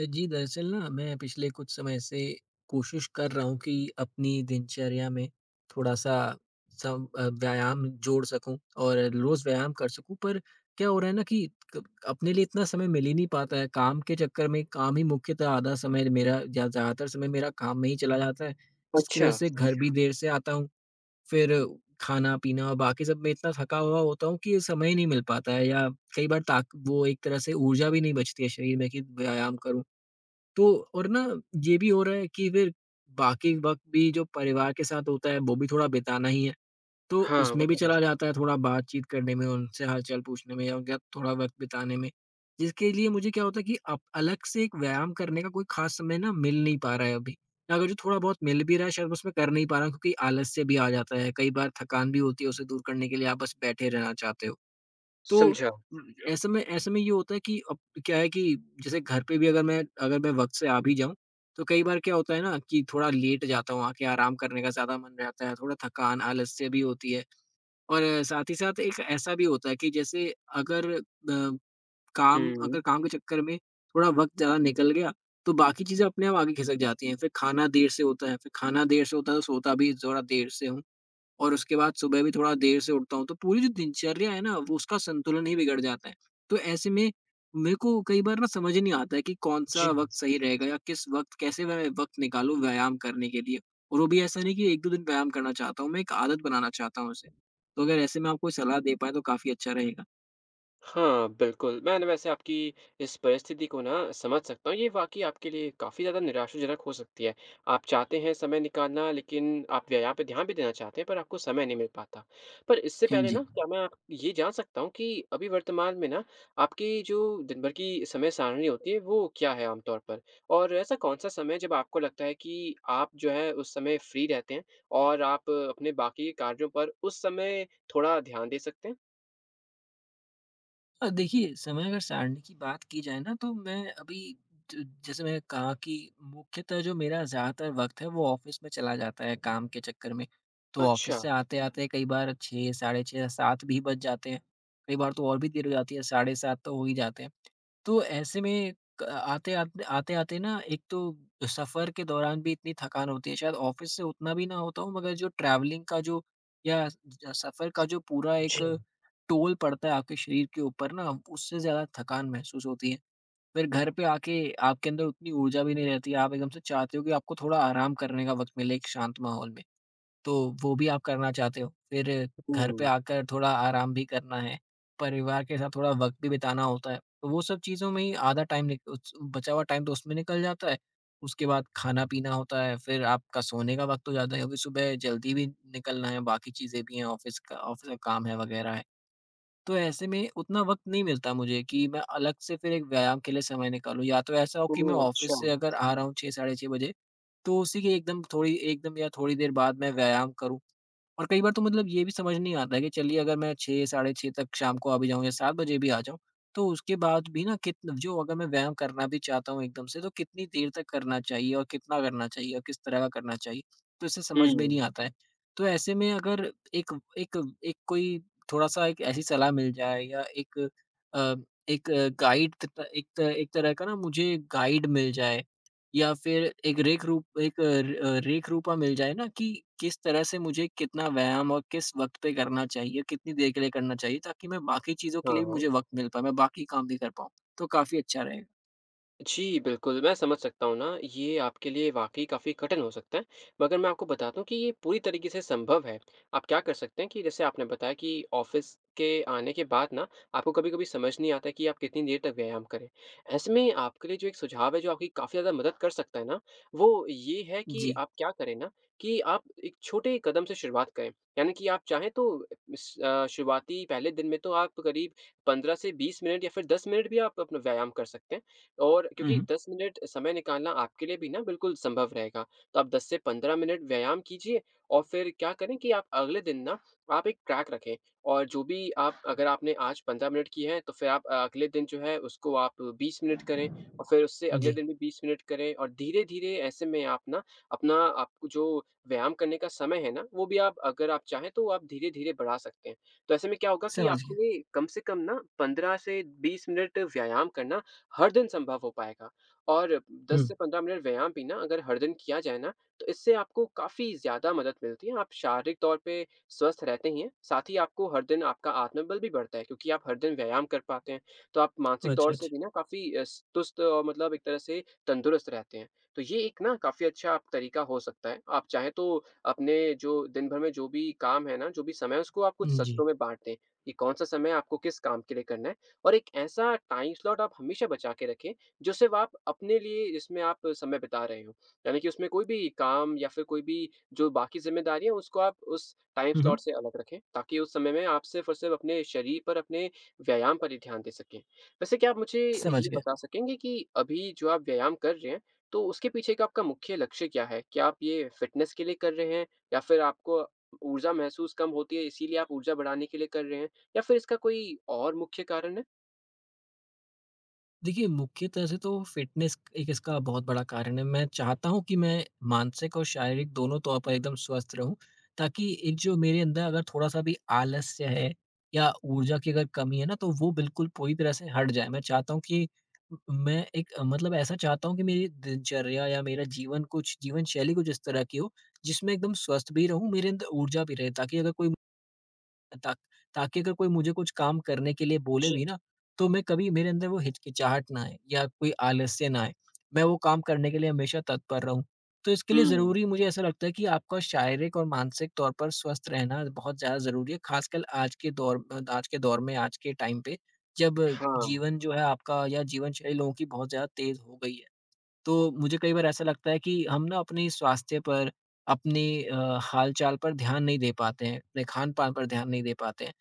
जी, दरअसल ना मैं पिछले कुछ समय से कोशिश कर रहा हूँ कि अपनी दिनचर्या में थोड़ा-सा व्यायाम जोड़ सकूँ और रोज़ व्यायाम कर सकूँ। पर क्या हो रहा है ना कि क अपने लिए इतना समय मिल ही नहीं पाता है। काम के चक्कर में काम ही मुख्यतः आधा समय मेरा या ज़्यादातर समय मेरा काम में ही चला जाता है, जिसकी अच्छा, वज़ह से घर भी, अच्छा, देर से आता हूँ। फिर खाना-पीना और बाकी सब में इतना थका हुआ होता हूँ कि समय ही नहीं मिल पाता है, या कई बार ताक वो एक तरह से ऊर्जा भी नहीं बचती है शरीर में कि व्यायाम करूँ। तो और ना ये भी हो रहा है कि फिर बाकी वक़्त भी जो परिवार के साथ होता है वो भी थोड़ा बिताना ही है, तो हाँ, वो उसमें भी तो है। चला जाता है, थोड़ा बातचीत करने में, उनसे हालचाल पूछने में या उनके साथ थोड़ा वक़्त बिताने में। जिसके लिए मुझे क्या होता है कि अब अलग से एक व्यायाम करने का कोई ख़ास समय ना मिल नहीं पा रहा है अभी। अगर जो थोड़ा बहुत मिल भी रहा है, शायद मैं उसमें कर नहीं पा रहा हूँ, क्योंकि आलस्य भी आ जाता है, कई बार थकान भी होती है, उसे दूर करने के लिए आप बस बैठे रहना चाहते हो। तो समझा। ऐसे में ये होता है कि अब क्या है कि जैसे घर पे भी अगर मैं वक़्त से आ भी जाऊँ, तो कई बार क्या होता है ना कि थोड़ा लेट जाता हूँ, आके आराम करने का ज़्यादा मन रहता है, थोड़ा थकान, आलस्य भी होती है। और साथ ही साथ एक ऐसा भी होता है कि जैसे अगर हुँ। काम के चक्कर में थोड़ा वक़्त ज़्यादा निकल गया, तो बाकी चीज़ें अपने आप आगे खिसक जाती हैं। फिर खाना देर से होता है, फिर खाना देर से होता है तो सोता भी ज़रा देर से हूँ। और उसके बाद सुबह भी थोड़ा देर से उठता हूँ, तो पूरी जो दिनचर्या है ना, वो उसका संतुलन ही बिगड़ जाता है। तो ऐसे में मेरे को कई बार ना समझ ही नहीं आता है कि कौन-सा जी। वक़्त सही रहेगा या किस वक़्त कैसे मैं वक़्त निकालूँ व्यायाम करने के लिए। और वो भी ऐसा नहीं कि 1-2 दिन व्यायाम करना चाहता हूँ, मैं एक आदत बनाना चाहता हूँ उसे। तो अगर ऐसे में आप कोई सलाह दे पाएँ, तो काफ़ी अच्छा रहेगा। हाँ, बिल्कुल। मैंने वैसे आपकी इस परिस्थिति को ना समझ सकता हूँ। ये वाक़ई आपके लिए काफ़ी ज़्यादा निराशाजनक हो सकती है। आप चाहते हैं समय निकालना, लेकिन आप व्यायाम पे ध्यान भी देना चाहते हैं पर आपको समय नहीं मिल पाता। पर इससे हाँ पहले ना, जी। क्या मैं आप ये जान सकता हूँ कि अभी वर्तमान में ना, आपकी जो दिन भर की समय सारणी होती है वो क्या है आम तौर पर? और ऐसा कौन-सा समय जब आपको लगता है कि आप जो है उस समय फ्री रहते हैं और आप अपने बाकी कार्यों पर उस समय थोड़ा ध्यान दे सकते हैं? देखिए, समय अगर सारणी की बात की जाए ना, तो मैं अभी, ज जैसे मैंने कहा कि मुख्यतः जो मेरा ज़्यादातर वक़्त है वो ऑफ़िस में चला जाता है काम के चक्कर में। तो अच्छा। ऑफ़िस से आते-आते कई बार 6, साढ़े 6 या 7 भी बज जाते हैं। कई बार तो और भी देर हो जाती है, साढ़े 7 तो हो ही जाते हैं। तो ऐसे में क आते आत आते-आते ना एक तो सफ़र के दौरान भी इतनी थकान होती है, शायद ऑफ़िस से उतना भी ना होता हो, मगर जो ट्रैवलिंग का जो या ज सफ़र का जो पूरा एक जी। टोल पड़ता है आपके शरीर के ऊपर ना, उससे ज़्यादा थकान महसूस होती है। फिर घर पे आके आपके अंदर उतनी ऊर्जा भी नहीं रहती है, आप एकदम से चाहते हो कि आपको थोड़ा आराम करने का वक़्त मिले एक शांत माहौल में। तो वो भी आप करना चाहते हो। फिर घर पे हुँ। आकर थोड़ा आराम भी करना है, परिवार के साथ थोड़ा वक़्त भी बिताना होता है। तो वो सब चीज़ों में ही आधा टाइम निक उस बचा हुआ टाइम तो उसमें निकल जाता है। उसके बाद खाना-पीना होता है, फिर आपका सोने का वक़्त हो जाता है, क्योंकि सुबह जल्दी भी निकलना है, बाकी चीज़ें भी हैं, ऑफ़िस का काम है वग़ैरह है। तो ऐसे में उतना वक़्त नहीं मिलता मुझे कि मैं अलग से फिर एक व्यायाम के लिए समय निकालूँ, या तो ऐसा हो कि ओह! मैं अच्छा। ऑफ़िस से अगर आ रहा हूँ 6 साढ़े 6 बजे, तो उसी के एकदम थोड़ी एकदम या थोड़ी देर बाद मैं व्यायाम करूँ। और कई बार तो मतलब ये भी समझ नहीं आता है कि चलिए अगर मैं 6 साढ़े 6 तक शाम को आ भी जाऊँ, या 7 बजे भी आ जाऊँ, तो उसके बाद भी ना, कित जो अगर मैं व्यायाम करना भी चाहता हूँ एकदम से, तो कितनी देर तक करना चाहिए और कितना करना चाहिए और किस तरह का करना चाहिए? तो इसे समझ में हुँ, नहीं आता है। तो ऐसे में अगर एक एक एक कोई थोड़ा-सा, एक ऐसी सलाह मिल जाए, या अ, एक गाइड त एक तरह का ना मुझे गाइड मिल जाए, या फिर एक रेख रूपा मिल जाए ना कि किस तरह से मुझे कितना व्यायाम और किस वक़्त पे करना चाहिए, कितनी देर के लिए करना चाहिए, ताकि मैं बाकी चीज़ों के लिए भी, हाँ। मुझे वक़्त मिल पाए, मैं बाकी काम भी कर पाऊँ, तो काफ़ी अच्छा रहेगा। जी, बिल्कुल, मैं समझ सकता हूँ ना, ये आपके लिए वाक़ई काफ़ी कठिन हो सकता है, मगर मैं आपको बता दूँ कि ये पूरी तरीके से संभव है। आप क्या कर सकते हैं कि जैसे आपने बताया कि ऑफ़िस के आने के बाद ना, आपको कभी-कभी समझ नहीं आता कि आप कितनी देर तक व्यायाम करें। ऐसे में आपके लिए जो एक सुझाव है, जो आपकी काफ़ी ज़्यादा मदद कर सकता है ना, वो ये है कि जी। आप क्या करें ना, कि आप एक छोटे कदम से शुरुआत करें। यानी कि आप चाहें तो इस शुरुआती पहले दिन में तो आप करीब 15 से 20 मिनट या फिर 10 मिनट भी आप अपना व्यायाम कर सकते हैं। और हुँ, क्योंकि हुँ। 10 मिनट समय निकालना आपके लिए भी ना बिल्कुल संभव रहेगा। तो आप 10 से 15 मिनट व्यायाम कीजिए और फिर क्या करें कि आप अगले दिन ना आप एक ट्रैक रखें, और जो भी, आप अगर आपने आज 15 मिनट की है, तो फिर आप अगले दिन जो है उसको आप 20 मिनट करें और फिर उससे अगले जी, दिन भी 20 मिनट करें, और धीरे-धीरे ऐसे में आप ना अपना, आपको जो व्यायाम करने का समय है ना, वो भी आप अगर आप चाहें तो आप धीरे-धीरे बढ़ा सकते हैं। तो ऐसे में क्या होगा कि समझ आपके गया। लिए कम से कम ना 15 से 20 मिनट व्यायाम करना हर दिन संभव हो पाएगा। और 10 हुँ, से 15 मिनट व्यायाम भी ना, अगर हर दिन किया जाए ना, तो इससे आपको काफ़ी ज़्यादा मदद मिलती है। आप शारीरिक तौर पे स्वस्थ रहते ही हैं, साथ ही आपको हर दिन आपका आत्मबल भी बढ़ता है, क्योंकि आप हर दिन व्यायाम कर पाते हैं, तो आप मानसिक अच्छा, तौर से अच्छा। भी ना काफ़ी अ, स तुस्त और मतलब एक तरह से तंदुरुस्त रहते हैं। तो ये एक ना काफ़ी अच्छा आप तरीका हो सकता है। आप चाहें तो अपने जो दिन भर में जो भी काम है ना, जो भी समय है, उसको आप कुछ हुँ, जी, सत्रों में बाँट दें, कि कौन-सा समय आपको किस काम के लिए करना है। और एक ऐसा टाइम स्लॉट आप हमेशा बचा के रखें, जो सिर्फ़ आप अपने लिए, जिसमें आप समय बिता रहे हो। यानी कि उसमें कोई भी काम या फिर कोई भी जो बाकी ज़िम्मेदारियाँ हैं, उसको आप उस टाइम हम्म, स्लॉट से अलग रखें, ताकि उस समय में आप सिर्फ़ और सिर्फ़ अपने शरीर पर, अपने व्यायाम पर ही ध्यान दे सकें। वैसे क्या आप मुझे ये समझ गया। बता सकेंगे कि अभी जो आप व्यायाम कर रहे हैं, तो उसके पीछे का आपका मुख्य लक्ष्य क्या है? क्या आप ये फ़िटनेस के लिए कर रहे हैं, या फिर आपको ऊर्जा महसूस कम होती है, इसीलिए आप ऊर्जा बढ़ाने के लिए कर रहे हैं, या फिर इसका कोई और मुख्य कारण है? देखिए, मुख्यतः से तो फ़िटनेस एक इसका बहुत बड़ा कारण है। मैं चाहता हूँ कि मैं मानसिक और शारीरिक दोनों तौर पर एकदम स्वस्थ रहूँ, ताकि एक जो मेरे अंदर अगर थोड़ा-सा भी आलस्य है, या ऊर्जा की अगर कमी है ना, तो वो बिल्कुल पूरी तरह से हट जाए। मैं चाहता हूँ कि म मैं मतलब ऐसा चाहता हूँ कि मेरी दिनचर्या या मेरा जीवन शैली कुछ इस तरह की हो, जिसमें एकदम स्वस्थ भी रहूँ, मेरे अंदर ऊर्जा भी रहे, ताकि अगर कोई, ता मुझे कुछ काम करने के लिए बोले जी, भी ना, तो मैं कभी मेरे अंदर वो हिचकिचाहट ना आए या कोई आलस्य ना आए। मैं वो काम करने के लिए हमेशा तत्पर रहूँ। तो इसके लिए हुँ। ज़रूरी, मुझे ऐसा लगता है कि आपका शारीरिक और मानसिक तौर पर स्वस्थ रहना बहुत ज़्यादा ज़रूरी है, ख़ासकर आज के दौर में, आज के टाइम पे, जब हाँ। जीवन जो है आपका या जीवनशैली लोगों की बहुत ज़्यादा तेज़ हो गई है। तो मुझे कई बार ऐसा लगता है कि हम ना अपने स्वास्थ्य पर, अपने हाल-चाल पर ध्यान नहीं दे पाते हैं, अपने खान-पान पर ध्यान नहीं दे पाते हैं।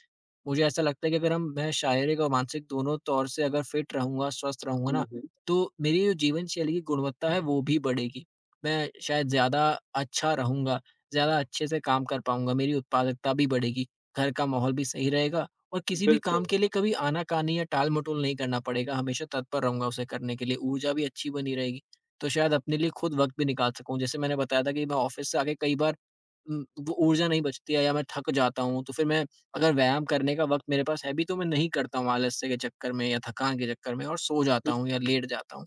मुझे ऐसा लगता है कि अगर हम मैं शारीरिक और मानसिक दोनों तौर से अगर फिट रहूँगा, स्वस्थ रहूँगा ना, हुँ, हुँ। तो मेरी जो जीवनशैली की गुणवत्ता है वो भी बढ़ेगी। मैं शायद ज़्यादा अच्छा रहूँगा, ज़्यादा अच्छे से काम कर पाऊँगा, मेरी उत्पादकता भी बढ़ेगी, घर का माहौल भी सही रहेगा और किसी भी काम बिल्कुल। के लिए कभी आना-कानी या टाल-मटोल नहीं करना पड़ेगा, हमेशा तत्पर रहूँगा उसे करने के लिए, ऊर्जा भी अच्छी बनी रहेगी। तो शायद अपने लिए खुद वक़्त भी निकाल सकूँ, जैसे मैंने बताया था कि मैं ऑफ़िस से आके कई बार वो ऊर्जा नहीं बचती है या मैं थक जाता हूँ, तो फिर मैं, अगर व्यायाम करने का वक़्त मेरे पास है भी, तो मैं नहीं करता हूँ आलस्य के चक्कर में या थकान के चक्कर में, और सो जाता हुँ, हूँ या हुँ। लेट जाता हूँ।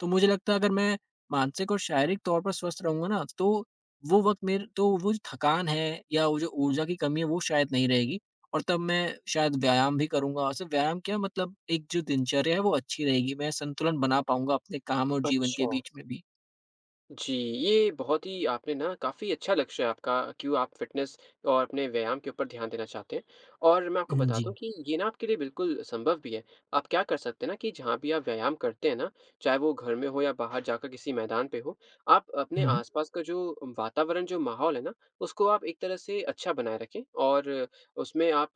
तो मुझे लगता है अगर मैं मानसिक और शारीरिक तौर पर स्वस्थ रहूँगा ना, तो वो वक़्त मेरे तो वो जो थकान है या वो जो ऊर्जा की कमी है, वो शायद नहीं रहेगी, और तब मैं शायद व्यायाम भी करूँगा, और सिर्फ व्यायाम क्या, मतलब एक जो दिनचर्या है वो अच्छी रहेगी। मैं संतुलन बना पाऊँगा अपने काम और जीवन के अच्छा। बीच में भी। जी, ये बहुत ही आपने ना काफ़ी अच्छा लक्ष्य है आपका, क्यों आप फ़िटनेस और अपने व्यायाम के ऊपर ध्यान देना चाहते हैं, और मैं आपको हुँ, बता दूँ जी। कि ये ना आपके लिए बिल्कुल संभव भी है। आप क्या कर सकते हैं ना, कि जहाँ भी आप व्यायाम करते हैं ना, चाहे वो घर में हो या बाहर जाकर किसी मैदान पे हो, आप अपने हुँ, हुँ। आस-पास का जो वातावरण, जो माहौल है ना, उसको आप एक तरह से अच्छा बनाए रखें, और उसमें आप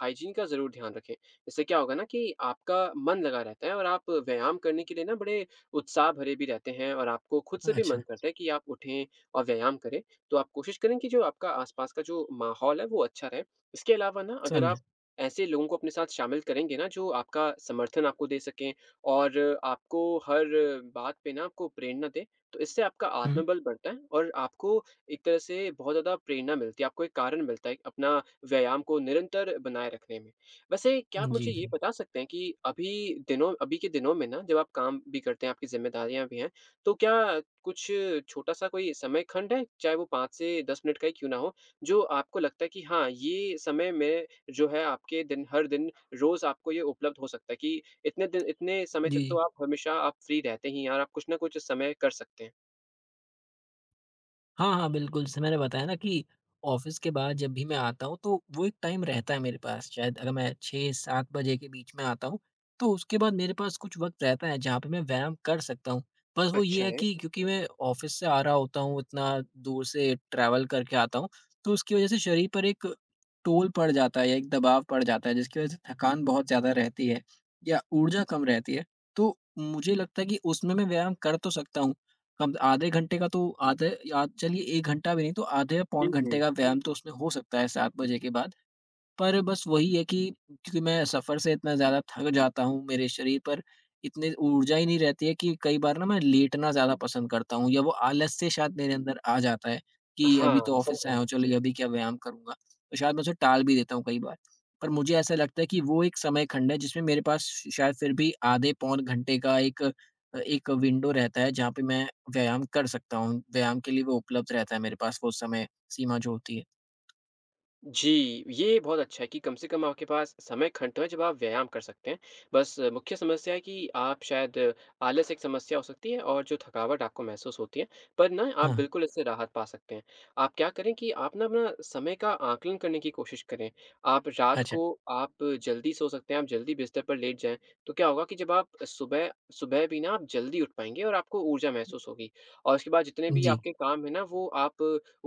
हाइजीन का ज़रूर ध्यान रखें। इससे क्या होगा ना कि आपका मन लगा रहता है, और आप व्यायाम करने के लिए ना बड़े उत्साह भरे भी रहते हैं, और आपको खुद से भी अच्छा, मन करता है कि आप उठें और व्यायाम करें। तो आप कोशिश करें कि जो आपका आस-पास का जो माहौल है वो अच्छा रहे। इसके अलावा ना, अगर आप समझा। ऐसे लोगों को अपने साथ शामिल करेंगे ना, जो आपका समर्थन आपको दे सकें और आपको हर बात पे ना आपको प्रेरणा दें, तो इससे आपका हुँ, आत्मबल बढ़ता है और आपको एक तरह से बहुत ज़्यादा प्रेरणा मिलती है, आपको एक कारण मिलता है अपना व्यायाम को निरंतर बनाए रखने में। वैसे क्या आप हुँ। मुझे जी, ये जी। बता सकते हैं कि अभी दिनों, अभी के दिनों में ना, जब आप काम भी करते हैं, आपकी ज़िम्मेदारियाँ भी हैं, तो क्या कुछ छोटा-सा कोई समय खंड है, चाहे वो 5 से 10 मिनट का ही क्यों ना हो, जो आपको लगता है कि हाँ, ये समय में जो है आपके दिन, हर दिन, रोज़ आपको ये उपलब्ध हो सकता है, कि इतने दिन, इतने समय जी, तक तो जी। आप हमेशा आप फ्री रहते ही हैं, और आप कुछ ना कुछ समय कर सकते हैं? हाँ, हाँ, बिल्कुल, जैसे मैंने बताया ना कि ऑफ़िस के बाद जब भी मैं आता हूँ, तो वो एक टाइम रहता है मेरे पास। शायद अगर मैं 6-7 बजे के बीच में आता हूँ, तो उसके बाद मेरे पास कुछ वक़्त रहता है, जहाँ पे मैं व्यायाम कर सकता हूँ। बस वो अच्छा ये है है। कि क्योंकि मैं ऑफ़िस से आ रहा होता हूँ, इतना दूर से ट्रैवल करके आता हूँ, तो उसकी वज़ह से शरीर पर एक टोल पड़ जाता है या एक दबाव पड़ जाता है, जिसकी वज़ह से थकान बहुत ज़्यादा रहती है या ऊर्जा कम रहती है। तो मुझे लगता है कि उसमें मैं व्यायाम कर तो सकता हूँ, कम आधे घंटे का, तो आधे, या चलिए 1 घंटा भी नहीं, तो आधे या पौन हुँ, हुँ। घंटे का व्यायाम तो उसमें हो सकता है 7 बजे के बाद। पर बस वही है कि क्योंकि मैं सफ़र से इतना ज़्यादा थक जाता हूँ, मेरे शरीर पर इतनी ऊर्जा ही नहीं रहती है कि कई बार ना मैं लेटना ज़्यादा पसंद करता हूँ, या वो आलस से शायद मेरे अंदर आ जाता है कि अभी हाँ, तो ऑफ़िस से आया समझा। हूँ, चलो ये अभी क्या व्यायाम करूँगा। तो शायद मैं उसे टाल भी देता हूँ कई बार। पर मुझे ऐसा लगता है कि वो एक समय खंड है जिसमें मेरे पास श शायद फिर भी आधे पौन घंटे का एक विंडो रहता है, जहाँ पे मैं व्यायाम कर सकता हूँ। व्यायाम के लिए वो उपलब्ध रहता है मेरे पास, वो समय सीमा जो होती है। जी, ये बहुत अच्छा है कि कम से कम आपके पास समय खंड तो है जब आप व्यायाम कर सकते हैं। बस मुख्य समस्या है कि आप शायद आलस एक समस्या हो सकती है, और जो थकावट आपको महसूस होती है, पर ना आप हाँ, बिल्कुल इससे राहत पा सकते हैं। आप क्या करें कि आप ना अपना समय का आकलन करने की कोशिश करें। आप रात अच्छा। को आप जल्दी सो सकते हैं, आप जल्दी बिस्तर पर लेट जाएँ, तो क्या होगा कि जब आप सुबह, सुबह भी ना आप जल्दी उठ पाएँगे और आपको ऊर्जा महसूस होगी। और उसके बाद जितने भी जी। आपके काम हैं ना, वो आप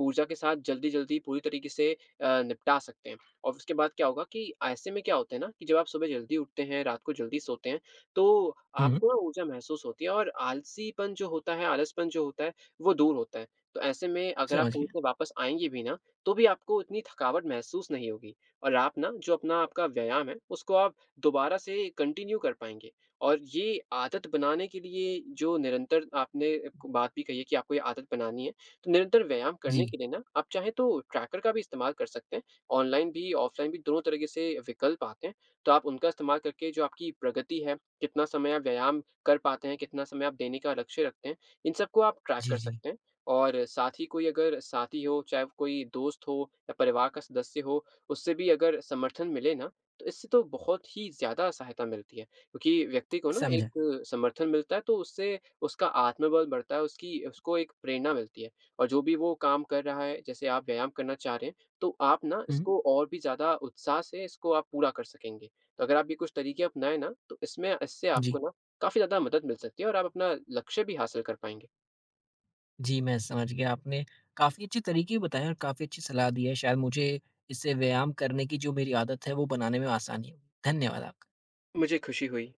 ऊर्जा के साथ जल्दी-जल्दी पूरी तरीके से निपटा सकते हैं। और उसके बाद क्या होगा कि ऐसे में क्या होता है ना, कि जब आप सुबह जल्दी उठते हैं, रात को जल्दी सोते हैं, तो हुँ। आपको ना ऊर्जा महसूस होती है, और आलसीपन जो होता है, आलसपन जो होता है, वो दूर होता है। तो ऐसे में अगर आप समझ कहीं गया। से वापस आएँगे भी ना, तो भी आपको इतनी थकावट महसूस नहीं होगी, और आप ना जो अपना, आपका व्यायाम है, उसको आप दोबारा से कंटिन्यू कर पाएँगे। और ये आदत बनाने के लिए, जो निरंतर आपने बात भी कही है कि आपको ये आदत बनानी है, तो निरंतर व्यायाम करने जी, के लिए ना, आप चाहें तो ट्रैकर का भी इस्तेमाल कर सकते हैं। ऑनलाइन भी, ऑफ़लाइन भी, दोनों तरीके से विकल्प आते हैं। तो आप उनका इस्तेमाल करके जो आपकी प्रगति है, कितना समय आप व्यायाम कर पाते हैं, कितना समय आप देने का लक्ष्य रखते हैं, इन सबको आप ट्रैक जी, कर जी, सकते हैं। और साथ ही कोई अगर साथी हो, चाहे वो कोई दोस्त हो या परिवार का सदस्य हो, उससे भी अगर समर्थन मिले ना, तो इससे तो बहुत ही ज़्यादा सहायता मिलती है। क्योंकि व्यक्ति को ना समझा। एक समर्थन मिलता है, तो उससे उसका आत्मबल बढ़ता है, उसकी, उसको एक प्रेरणा मिलती है। और जो भी वो काम कर रहा है, जैसे आप व्यायाम करना चाह रहे हैं, तो आप ना हुँ, इसको और भी ज़्यादा उत्साह से इसको आप पूरा कर सकेंगे। तो अगर आप ये कुछ तरीके अपनाएँ ना, तो इसमें, इससे आपको जी। ना काफ़ी ज़्यादा मदद मिल सकती है, और आप अपना लक्ष्य भी हासिल कर पाएँगे। जी, मैं समझ गया, आपने काफ़ी अच्छे तरीके बताएँ और काफ़ी अच्छी सलाह दी है। शायद मुझे इससे व्यायाम करने की जो मेरी आदत है, वो बनाने में आसानी होगी। धन्यवाद आप। मुझे खुशी हुई।